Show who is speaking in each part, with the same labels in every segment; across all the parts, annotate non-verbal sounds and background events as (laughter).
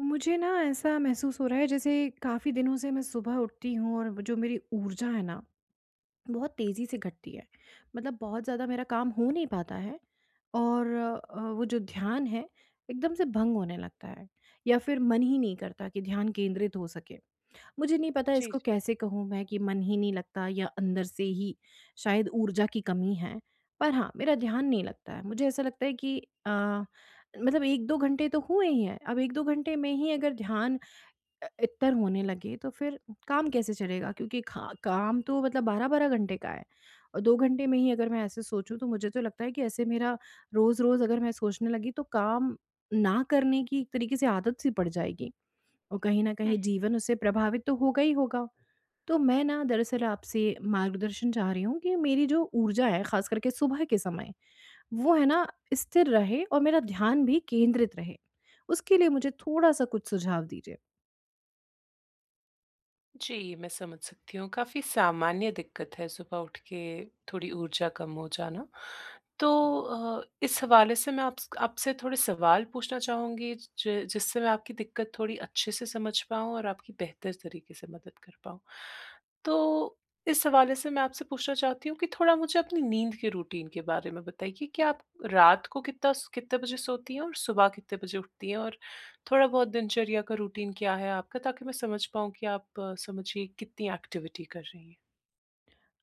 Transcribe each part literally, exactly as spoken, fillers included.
Speaker 1: मुझे ना ऐसा महसूस हो रहा है जैसे काफ़ी दिनों से मैं सुबह उठती हूँ और जो मेरी ऊर्जा है ना बहुत तेज़ी से घटती है। मतलब बहुत ज़्यादा मेरा काम हो नहीं पाता है। और अ, वो जो ध्यान है एकदम से भंग होने लगता है या फिर मन ही नहीं करता कि ध्यान केंद्रित हो सके। मुझे नहीं पता
Speaker 2: जी,
Speaker 1: इसको
Speaker 2: जी।
Speaker 1: कैसे कहूँ मैं कि मन ही नहीं लगता या अंदर से ही शायद ऊर्जा की कमी है। पर हाँ, मेरा ध्यान नहीं लगता है। मुझे ऐसा लगता है कि अ, मतलब एक-दो घंटे तो हुए ही हैं। अब एक-दो घंटे में ही अगर ध्यान अ, इतर होने लगे तो फिर काम कैसे चलेगा? क्योंकि खा काम तो मतलब बारह-बारह घंटे का है और दो घंटे में ही अगर मैं ऐसे सोचूँ तो मुझे तो लगता है कि ऐसे मेरा रोज़-रोज़ अगर मैं सोचने लगी तो काम ना करने की एक तरीके से आदत सी पड़ जाएगी। और कहीं न
Speaker 2: हुँ,
Speaker 1: कहीं
Speaker 2: हुँ।
Speaker 1: जीवन उससे प्रभावित तो होगा ही होगा। तो मैं ना दरअसल आपसे मार्गदर्शन चाह रही हूँ कि मेरी जो ऊर्जा है ख़ास करके सुबह के समय, वो है ना स्थिर रहे और मेरा ध्यान भी केंद्रित रहे। उसके लिए मुझे थोड़ा-सा कुछ सुझाव दीजिए।
Speaker 2: जी, मैं समझ सकती हूँ। काफ़ी सामान्य दिक्कत है सुबह उठ के थोड़ी ऊर्जा कम हो जाना। तो अ, इस हवाले से मैं आपस आपसे थोड़े सवाल पूछना चाहूँगी ज जिससे मैं आपकी दिक्कत थोड़ी अच्छे से समझ पाऊँ और आपकी बेहतर तरीके से मदद कर पाऊँ। तो इस हवाले से मैं आपसे पूछना चाहती हूँ कि थोड़ा मुझे अपनी नींद के रूटीन के बारे में बताइए कि आप रात को कितना स कितने बजे सोती हैं और सुबह कितने बजे उठती हैं? और थोड़ा बहुत दिनचर्या का रूटीन क्या है आपका? ताकि मैं समझ पाऊँ कि आप अ, समझिए कितनी एक्टिविटी कर रही हैं।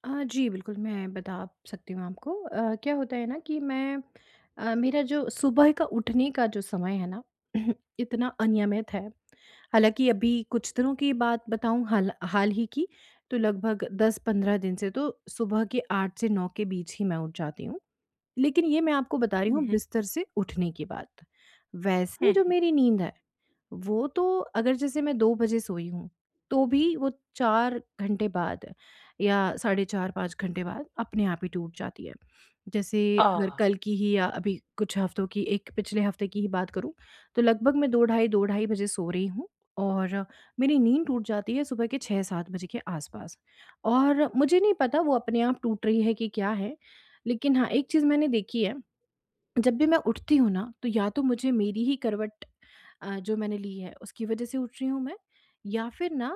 Speaker 1: अ, जी, बिल्कुल, मैं बता सकती हूँ आपको। अ, क्या होता है ना कि मैं अ, मेरा जो सुबह का उठने का जो समय है ना, (clears throat) इतना अनियमित है। हालाँकि अभी कुछ दिनों की बात बताऊँ हाल हाल ही की, तो लगभग दस-पंद्रह दिन से तो सुबह के आठ से नौ के बीच ही मैं उठ जाती हूँ। लेकिन ये मैं आपको बता रही
Speaker 2: हुँ,
Speaker 1: हूँ
Speaker 2: हुँ।
Speaker 1: बिस्तर से उठने की बात।
Speaker 2: हुँ,
Speaker 1: वैसे जो
Speaker 2: हुँ।
Speaker 1: मेरी नींद है वो तो अगर जैसे मैं दो बजे सोई हूँ, तो भी वो चार घंटे बाद या साढ़े चार-पाँच घंटे बाद अपने आप ही टूट जाती है। जैसे अगर
Speaker 2: आह!
Speaker 1: कल की ही या अभी कुछ हफ्तों की एक पिछले हफ्ते की ही बात करूँ, तो लगभग मैं दो ढाई दो ढाई बजे सो रही हूँ और मेरी नींद टूट जाती है सुबह के छह-सात बजे के आस-पास। और मुझे नहीं पता वो अपने आप टूट रही है कि क्या है? लेकिन हाँ, एक चीज़ मैंने देखी है, जब भी मैं उठती हूँ ना, तो या तो मुझे मेरी ही करवट अ, जो मैंने ली है उसकी वजह से उठ रही हूँ मैं, या फिर ना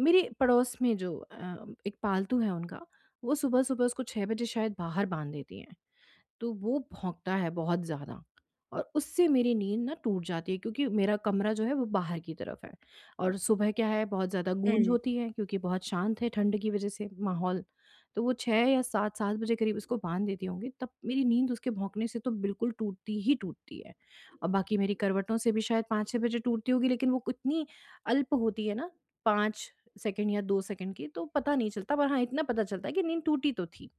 Speaker 1: मेरे पड़ोस में जो अ, एक पालतू है उनका वो सुबह-सुबह उसको छह बजे शायद बाहर बाँध देती हैं। तो वो भौंकता है बहुत ज़्यादा और उससे मेरी नींद ना टूट जाती है क्योंकि मेरा कमरा जो है वो बाहर की तरफ है और सुबह क्या है बहुत ज़्यादा गूंज
Speaker 2: हुँ।
Speaker 1: होती है क्योंकि बहुत शांत है ठंड की वजह से माहौल। तो वो छः या सात सात बजे करीब उसको बांध देती होंगी तब मेरी नींद उसके भौंकने से तो बिल्कुल टूटती ही टूटती है। और बाकी मेरी करवटों से भी शायद पाँच छः बजे टूटती होगी, लेकिन वो इतनी अल्प होती है ना, पाँच सेकंड या दो सेकंड की, तो पता नहीं चलता, पर हाँ इतना पता चलता है कि नींद टूटी तो थी।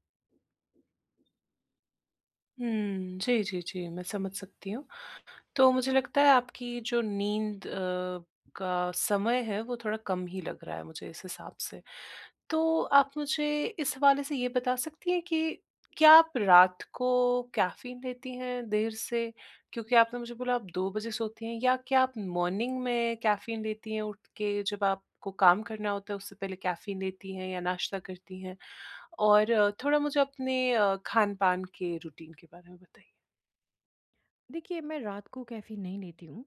Speaker 2: हुँ, जी, जी, जी, मैं समझ सकती हूँ। तो मुझे लगता है आपकी जो नींद अ, का समय है वो थोड़ा कम ही लग रहा है मुझे इस हिसाब से। तो आप मुझे इस हवाले से ये बता सकती हैं कि क्या आप रात को कैफ़ीन लेती हैं देर से? क्योंकि आपने मुझे बोला आप दो बजे सोती हैं, या क्या आप मॉर्निंग में कैफ़ीन लेती हैं उठ के जब आपको काम करना होता है उससे पहले कैफ़ीन लेती हैं या नाश्ता करती हैं? और अ, थोड़ा मुझे अपने अ, खान-पान के रूटीन के बारे में बताइए।
Speaker 1: देखिए, मैं रात को कैफ़ीन नहीं लेती हूँ,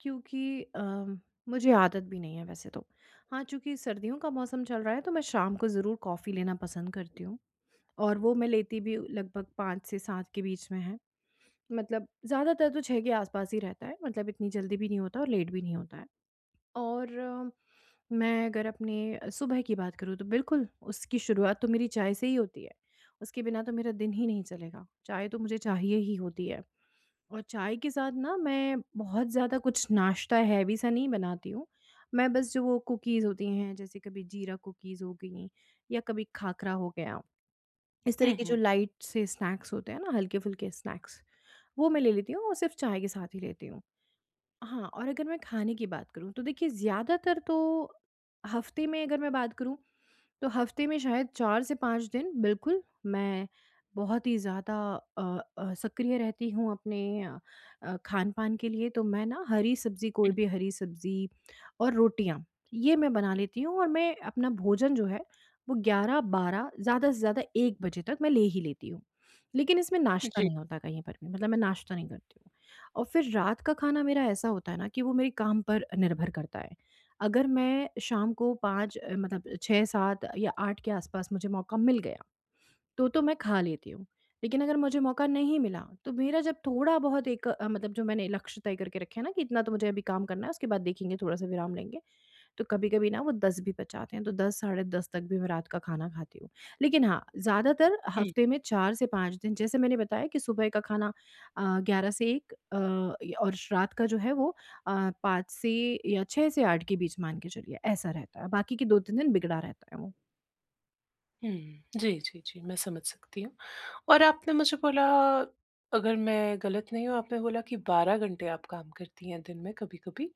Speaker 1: क्योंकि अम, मुझे आदत भी नहीं है वैसे तो। हाँ, चूँकि सर्दियों का मौसम चल रहा है तो मैं शाम को ज़रूर कॉफ़ी लेना पसंद करती हूँ, और वो मैं लेती भी लगभग पाँच से सात के बीच में है। मतलब ज़्यादातर तो छह के आस-पास ही रहता है, मतलब इतनी जल्दी भी नहीं होता और लेट भी नहीं होता है। और अ, मैं अगर अपने सुबह की बात करूँ तो बिल्कुल, उसकी शुरुआत तो मेरी चाय से ही होती है। उसके बिना तो मेरा दिन ही नहीं चलेगा, चाय तो मुझे चाहिए ही होती है। और चाय के साथ ना मैं बहुत ज़्यादा कुछ नाश्ता हैवी सा नहीं बनाती हूँ। मैं बस जो वो कुकीज़ होती हैं, जैसे कभी जीरा कुकीज़ हो गई या कभी खाखरा हो गया। इस तरह
Speaker 2: हुँ,
Speaker 1: के जो
Speaker 2: हुँ,
Speaker 1: लाइट से स्नैक्स होते हैं ना, हल्के-फुल्के स्नैक्स, वो मैं ले लेती हूँ और सिर्फ़ चाय के साथ ही लेती हूँ। हाँ, और अगर मैं खाने की बात करूँ तो देखिए ज़्यादातर तो हफ़्ते में अगर मैं बात करूँ, तो हफ़्ते में शायद चार से पाँच दिन बिल्कुल मैं बहुत ही ज़्यादा अ अ, सक्रिय रहती हूँ अपने अ अ, खान-पान के लिए, तो मैं ना हरी सब्ज़ी, कोई
Speaker 2: हुँ।
Speaker 1: भी हरी सब्ज़ी और रोटियाँ, ये मैं बना लेती हूँ और मैं अपना भोजन जो है वो ग्यारह-बारह ज़्यादा से ज़्यादा एक बजे तक मैं ले ही लेती हूँ। लेकिन इसमें नाश्ता
Speaker 2: जी।
Speaker 1: नहीं होता कहीं पर भी, मतलब मैं नाश्ता नहीं करती हूँ। और फिर रात का खाना मेरा ऐसा होता है ना कि वो मेरे काम पर निर्भर करता है। अगर मैं शाम को पाँच अ, मतलब छह-सात या आठ के आस-पास मुझे मौका मिल गया, तो तो मैं खा लेती हूँ। लेकिन अगर मुझे मौका नहीं मिला, तो मेरा जब थोड़ा बहुत एक अ, मतलब जो मैंने लक्ष्य तय करके रखे हैं ना कि इतना तो मुझे अभी काम करना है, उसके बाद देखेंगे, थोड़ा-सा विराम लेंगे। तो कभी-कभी ना वो दस भी बचाते हैं, तो दस साढ़े दस तक भी मैं रात का खाना खाती हूँ। लेकिन हाँ, ज़्यादातर
Speaker 2: हुँ,
Speaker 1: हफ़्ते में चार से पाँच दिन, जैसे मैंने बताया कि सुबह का खाना अ, ग्यारह से एक, अ, य- और रात का जो है वो अ, पाँच से या छह से आठ के बीच मान के चलिए, ऐसा रहता है। बाकी के दो-तीन दिन बिगड़ा रहता है वो।
Speaker 2: हुँ। जी, जी, जी, मैं समझ सकती हूँ। और आपने मुझे बोला, अगर मैं गलत नहीं हूँ आपने बोला कि बारह घंटे आप काम करती हैं दिन में कभी-कभी।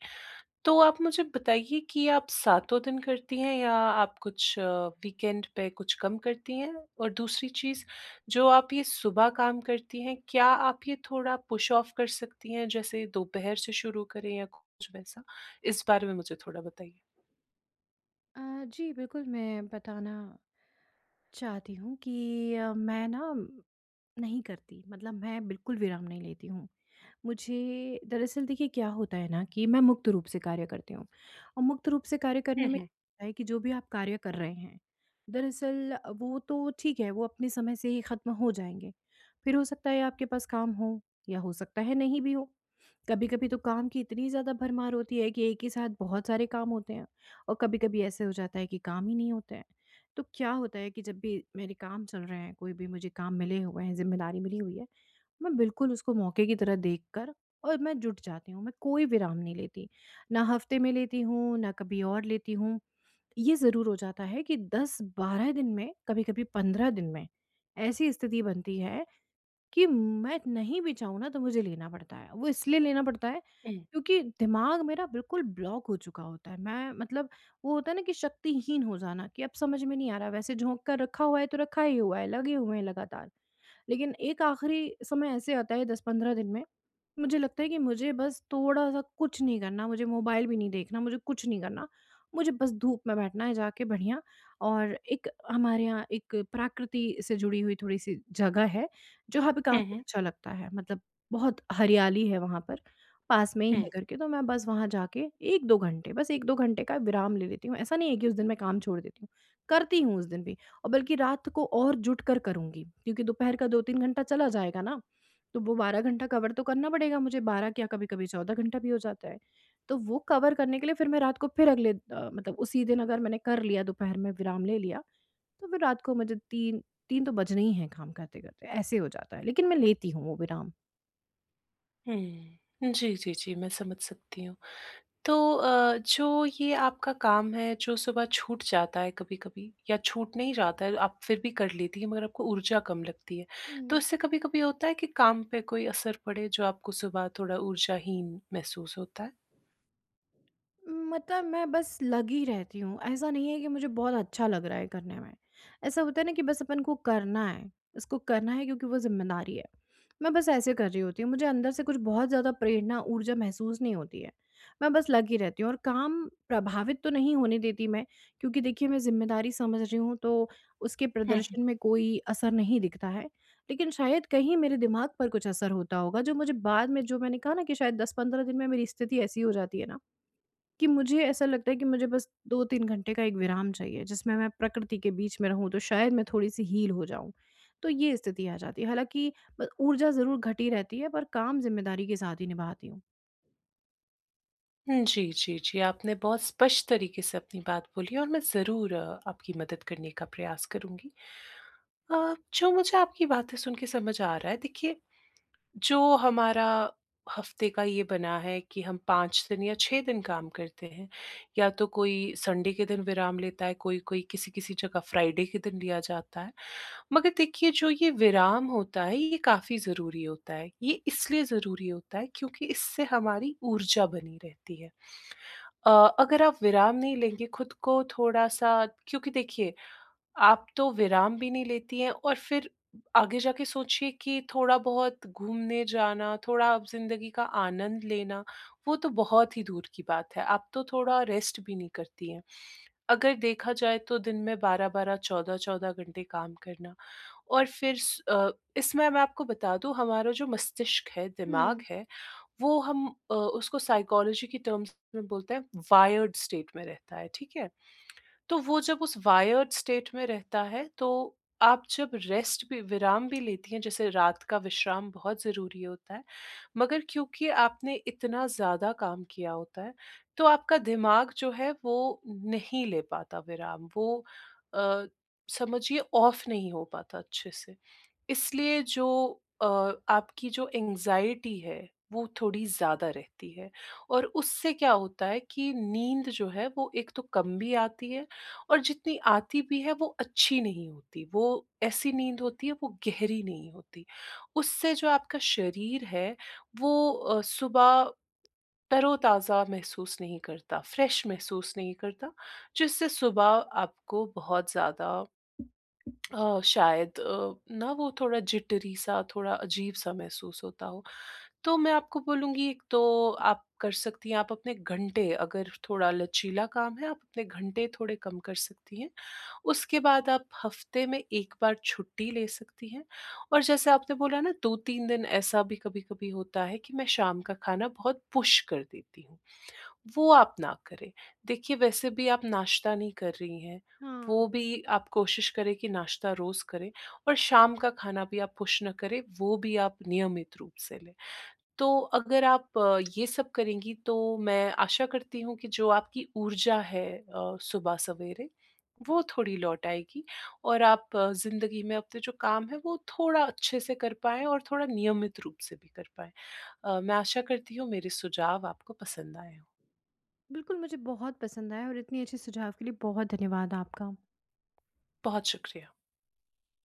Speaker 2: तो आप मुझे बताइए कि आप सातों दिन करती हैं या आप कुछ वीकेंड पे कुछ कम करती हैं? और दूसरी चीज़, जो आप ये सुबह काम करती हैं, क्या आप ये थोड़ा पुश ऑफ कर सकती हैं जैसे दोपहर से शुरू करें या कुछ वैसा? इस बारे में मुझे थोड़ा बताइए।
Speaker 1: अ, जी, बिल्कुल मैं बताना चाहती हूँ कि अ, मैं ना नहीं करती, मतलब मैं बिल्कुल विराम नहीं लेती हूँ। मुझे दरअसल देखिए क्या होता है ना कि मैं मुक्त रूप से कार्य करती हूँ, और मुक्त रूप से कार्य
Speaker 2: हुँ,
Speaker 1: करने में
Speaker 2: हुँ।
Speaker 1: होता है कि जो भी आप कार्य कर रहे हैं दरअसल वो तो ठीक है, वो अपने समय से ही ख़त्म हो जाएंगे। फिर हो सकता है आपके पास काम हो या हो सकता है नहीं भी हो। कभी कभी तो काम की इतनी ज़्यादा भरमार होती है कि एक ही साथ बहुत सारे काम होते हैं, और कभी कभी ऐसे हो जाता है कि काम ही नहीं होते हैं। तो क्या होता है कि जब भी मेरे काम चल रहे हैं, कोई भी मुझे काम मिले हुए हैं, जिम्मेदारी मिली हुई है, मैं बिल्कुल उसको मौके की तरह देखकर और मैं जुट जाती हूँ, मैं कोई विराम नहीं लेती। ना हफ़्ते में लेती हूँ, ना कभी और लेती हूँ। ये ज़रूर हो जाता है कि दस-बारह दिन में, कभी-कभी पंद्रह दिन में, ऐसी स्थिति बनती है कि मैं नहीं भी चाहूँ ना तो मुझे लेना पड़ता है। वो इसलिए लेना पड़ता है
Speaker 2: हुँ,
Speaker 1: क्योंकि दिमाग मेरा बिल्कुल ब्लॉक हो चुका होता है। मैं मतलब वो होता है ना कि शक्तिहीन हो जाना, कि अब समझ में नहीं आ रहा, वैसे झोंक कर रखा हुआ है तो रखा ही हुआ है, लगे हुए हैं लगातार। लेकिन एक आखिरी समय ऐसे आता है दस-पंद्रह दिन में, मुझे लगता है कि मुझे बस थोड़ा-सा कुछ नहीं करना, मुझे मोबाइल भी नहीं देखना, मुझे कुछ नहीं करना। मुझे बस धूप में बैठना है जाके बढ़िया, और एक हमारे यहाँ एक प्रकृति से जुड़ी हुई थोड़ी-सी जगह है। जो हमें
Speaker 2: हुँ,
Speaker 1: काफ़ी
Speaker 2: हुँ,
Speaker 1: अच्छा लगता है, मतलब बहुत हरियाली है वहाँ पर, पास में ही
Speaker 2: हुँ,
Speaker 1: है घर के, तो मैं बस वहाँ जाके एक-दो घंटे, बस एक-दो घंटे का विराम ले लेती हूँ। ऐसा नहीं है कि उस दिन मैं काम छोड़ देती हूँ, करती हूँ उस दिन भी, और बल्कि रात को और जुट कर करूँगी क्योंकि दोपहर का दो-तीन घंटा चला जाएगा ना, तो वो बारह घंटा कवर तो करना पड़ेगा मुझे, बारह क्या कभी-कभी चौदह घंटा भी हो जाता है। तो वो कवर करने के लिए फिर मैं रात को फिर अगले अ, मतलब उसी दिन अगर मैंने कर लिया, दोपहर में विराम ले लिया, तो फिर रात को मुझे तीन तीन तो बजने ही हैं काम करते-करते, ऐसे हो जाता है। लेकिन मैं लेती हूँ वो विराम।
Speaker 2: हुँ। जी, जी, जी, मैं समझ सकती हूँ। तो अ, जो ये आपका काम है, जो सुबह छूट जाता है कभी-कभी या छूट नहीं जाता है, आप फिर भी कर लेती हैं मगर आपको ऊर्जा कम लगती है। तो
Speaker 1: हुँ।
Speaker 2: इससे कभी-कभी होता है कि काम पे कोई असर पड़े, जो आपको सुबह थोड़ा ऊर्जाहीन महसूस होता है?
Speaker 1: मतलब मैं बस लगी रहती हूँ। ऐसा नहीं है कि मुझे बहुत अच्छा लग रहा है करने में। ऐसा होता है ना कि बस अपन को करना है, इसको करना है क्योंकि वो ज़िम्मेदारी है। मैं बस ऐसे कर रही होती हूँ, मुझे अंदर से कुछ बहुत ज़्यादा प्रेरणा, ऊर्जा महसूस नहीं होती है। मैं बस लगी रहती हूँ और काम प्रभावित तो नहीं होने देती मैं, क्योंकि देखिए मैं ज़िम्मेदारी समझ रही हूँ, तो उसके
Speaker 2: हुँ, हुँ।
Speaker 1: प्रदर्शन में कोई असर नहीं दिखता है। लेकिन शायद कहीं मेरे दिमाग पर कुछ असर होता होगा, जो मुझे बाद में, जो मैंने कहा ना कि शायद दस-पंद्रह दिन में मेरी स्थिति ऐसी हो जाती है ना, कि मुझे ऐसा लगता है कि मुझे बस दो-तीन घंटे का एक विराम चाहिए, जिसमें मैं प्रकृति के बीच में रहूँ, तो शायद मैं थोड़ी-सी हील हो जाऊँ। तो ये स्थिति आ जाती है। हालाँकि ब ऊर्जा ज़रूर घटी रहती है, पर काम ज़िम्मेदारी के साथ ही निभाती हूँ।
Speaker 2: जी, जी, जी। आपने बहुत स्पष्ट तरीके से अपनी बात बोली और मैं ज़रूर अ, आपकी मदद करने का प्रयास करूँगी। अ, जो मुझे आपकी बातें सुन के समझ आ रहा है, देखिए, जो हमारा हफ्ते का ये बना है कि हम पाँच दिन या छह दिन काम करते हैं, या तो कोई संडे के दिन विराम लेता है, कोई-कोई किसी-किसी जगह फ्राइडे के दिन लिया जाता है। मगर देखिए जो ये विराम होता है ये काफ़ी ज़रूरी होता है। ये इसलिए ज़रूरी होता है क्योंकि इससे हमारी ऊर्जा बनी रहती है। अ, अगर आप विराम नहीं लेंगे खुद को थोड़ा-सा, क्योंकि देखिए, आप तो विराम भी नहीं लेती हैं और फिर आगे जाके सोचिए कि थोड़ा-बहुत घूमने जाना, थोड़ा आप ज़िंदगी का आनंद लेना, वो तो बहुत ही दूर की बात है। आप तो थोड़ा रेस्ट भी नहीं करती हैं। अगर देखा जाए तो दिन में बारह बारह, चौदह चौदह घंटे काम करना, और फिर स अ, इसमें मैं आपको बता दूँ, हमारा जो मस्तिष्क है, दिमाग
Speaker 1: हुँ,
Speaker 2: है, वो हम अ, उसको साइकोलॉजी की टर्म्स में बोलते हैं, वायर्ड स्टेट में रहता है, ठीक है? तो वो जब उस वायर्ड स्टेट में रहता है, तो आप जब रेस्ट भी, विराम भी लेती हैं, जैसे रात का विश्राम बहुत ज़रूरी होता है, मगर क्योंकि आपने इतना ज़्यादा काम किया होता है, तो आपका दिमाग जो है वो नहीं ले पाता विराम, वो अ, समझिए ऑफ नहीं हो पाता अच्छे से। इसलिए जो अ, आपकी जो एंग्ज़ायटी है, वो थोड़ी ज़्यादा रहती है, और उससे क्या होता है कि नींद जो है वो एक तो कम भी आती है, और जितनी आती भी है वो अच्छी नहीं होती। वो ऐसी नींद होती है, वो गहरी नहीं होती। उससे जो आपका शरीर है वो अ, सुबह तरोताज़ा महसूस नहीं करता, फ्रेश महसूस नहीं करता, जिससे सुबह आपको बहुत ज़्यादा अ, शायद अ, ना वो थोड़ा जिटरी सा, थोड़ा अजीब सा महसूस होता हो। तो मैं आपको बोलूँगी, एक तो आप कर सकती हैं, आप अपने घंटे, अगर थोड़ा लचीला काम है, आप अपने घंटे थोड़े कम कर सकती हैं। उसके बाद आप हफ़्ते में एक बार छुट्टी ले सकती हैं, और जैसे आपने बोला ना, दो तीन दिन ऐसा भी कभी-कभी होता है कि मैं शाम का खाना बहुत पुश कर देती हूँ। वो आप ना करें। देखिए वैसे भी आप नाश्ता नहीं कर रही हैं, वो
Speaker 1: हाँ।
Speaker 2: भी आप कोशिश करें कि नाश्ता रोज़ करें, और शाम का खाना भी आप पुश ना करें, वो भी आप नियमित रूप से लें। तो अगर आप अ, ये सब करेंगी, तो मैं आशा करती हूँ कि जो आपकी ऊर्जा है अ, सुबह सवेरे, वो थोड़ी लौट आएगी और आप ज़िंदगी में अपने जो काम है वो थोड़ा अच्छे से कर पाएँ और थोड़ा नियमित रूप से भी कर पाएँ। अ, मैं आशा करती हूँ मेरे सुझाव आपको पसंद आए हों।
Speaker 1: बिल्कुल, मुझे बहुत पसंद आया और इतनी अच्छी सुझाव के लिए बहुत धन्यवाद आपका।
Speaker 2: बहुत शुक्रिया।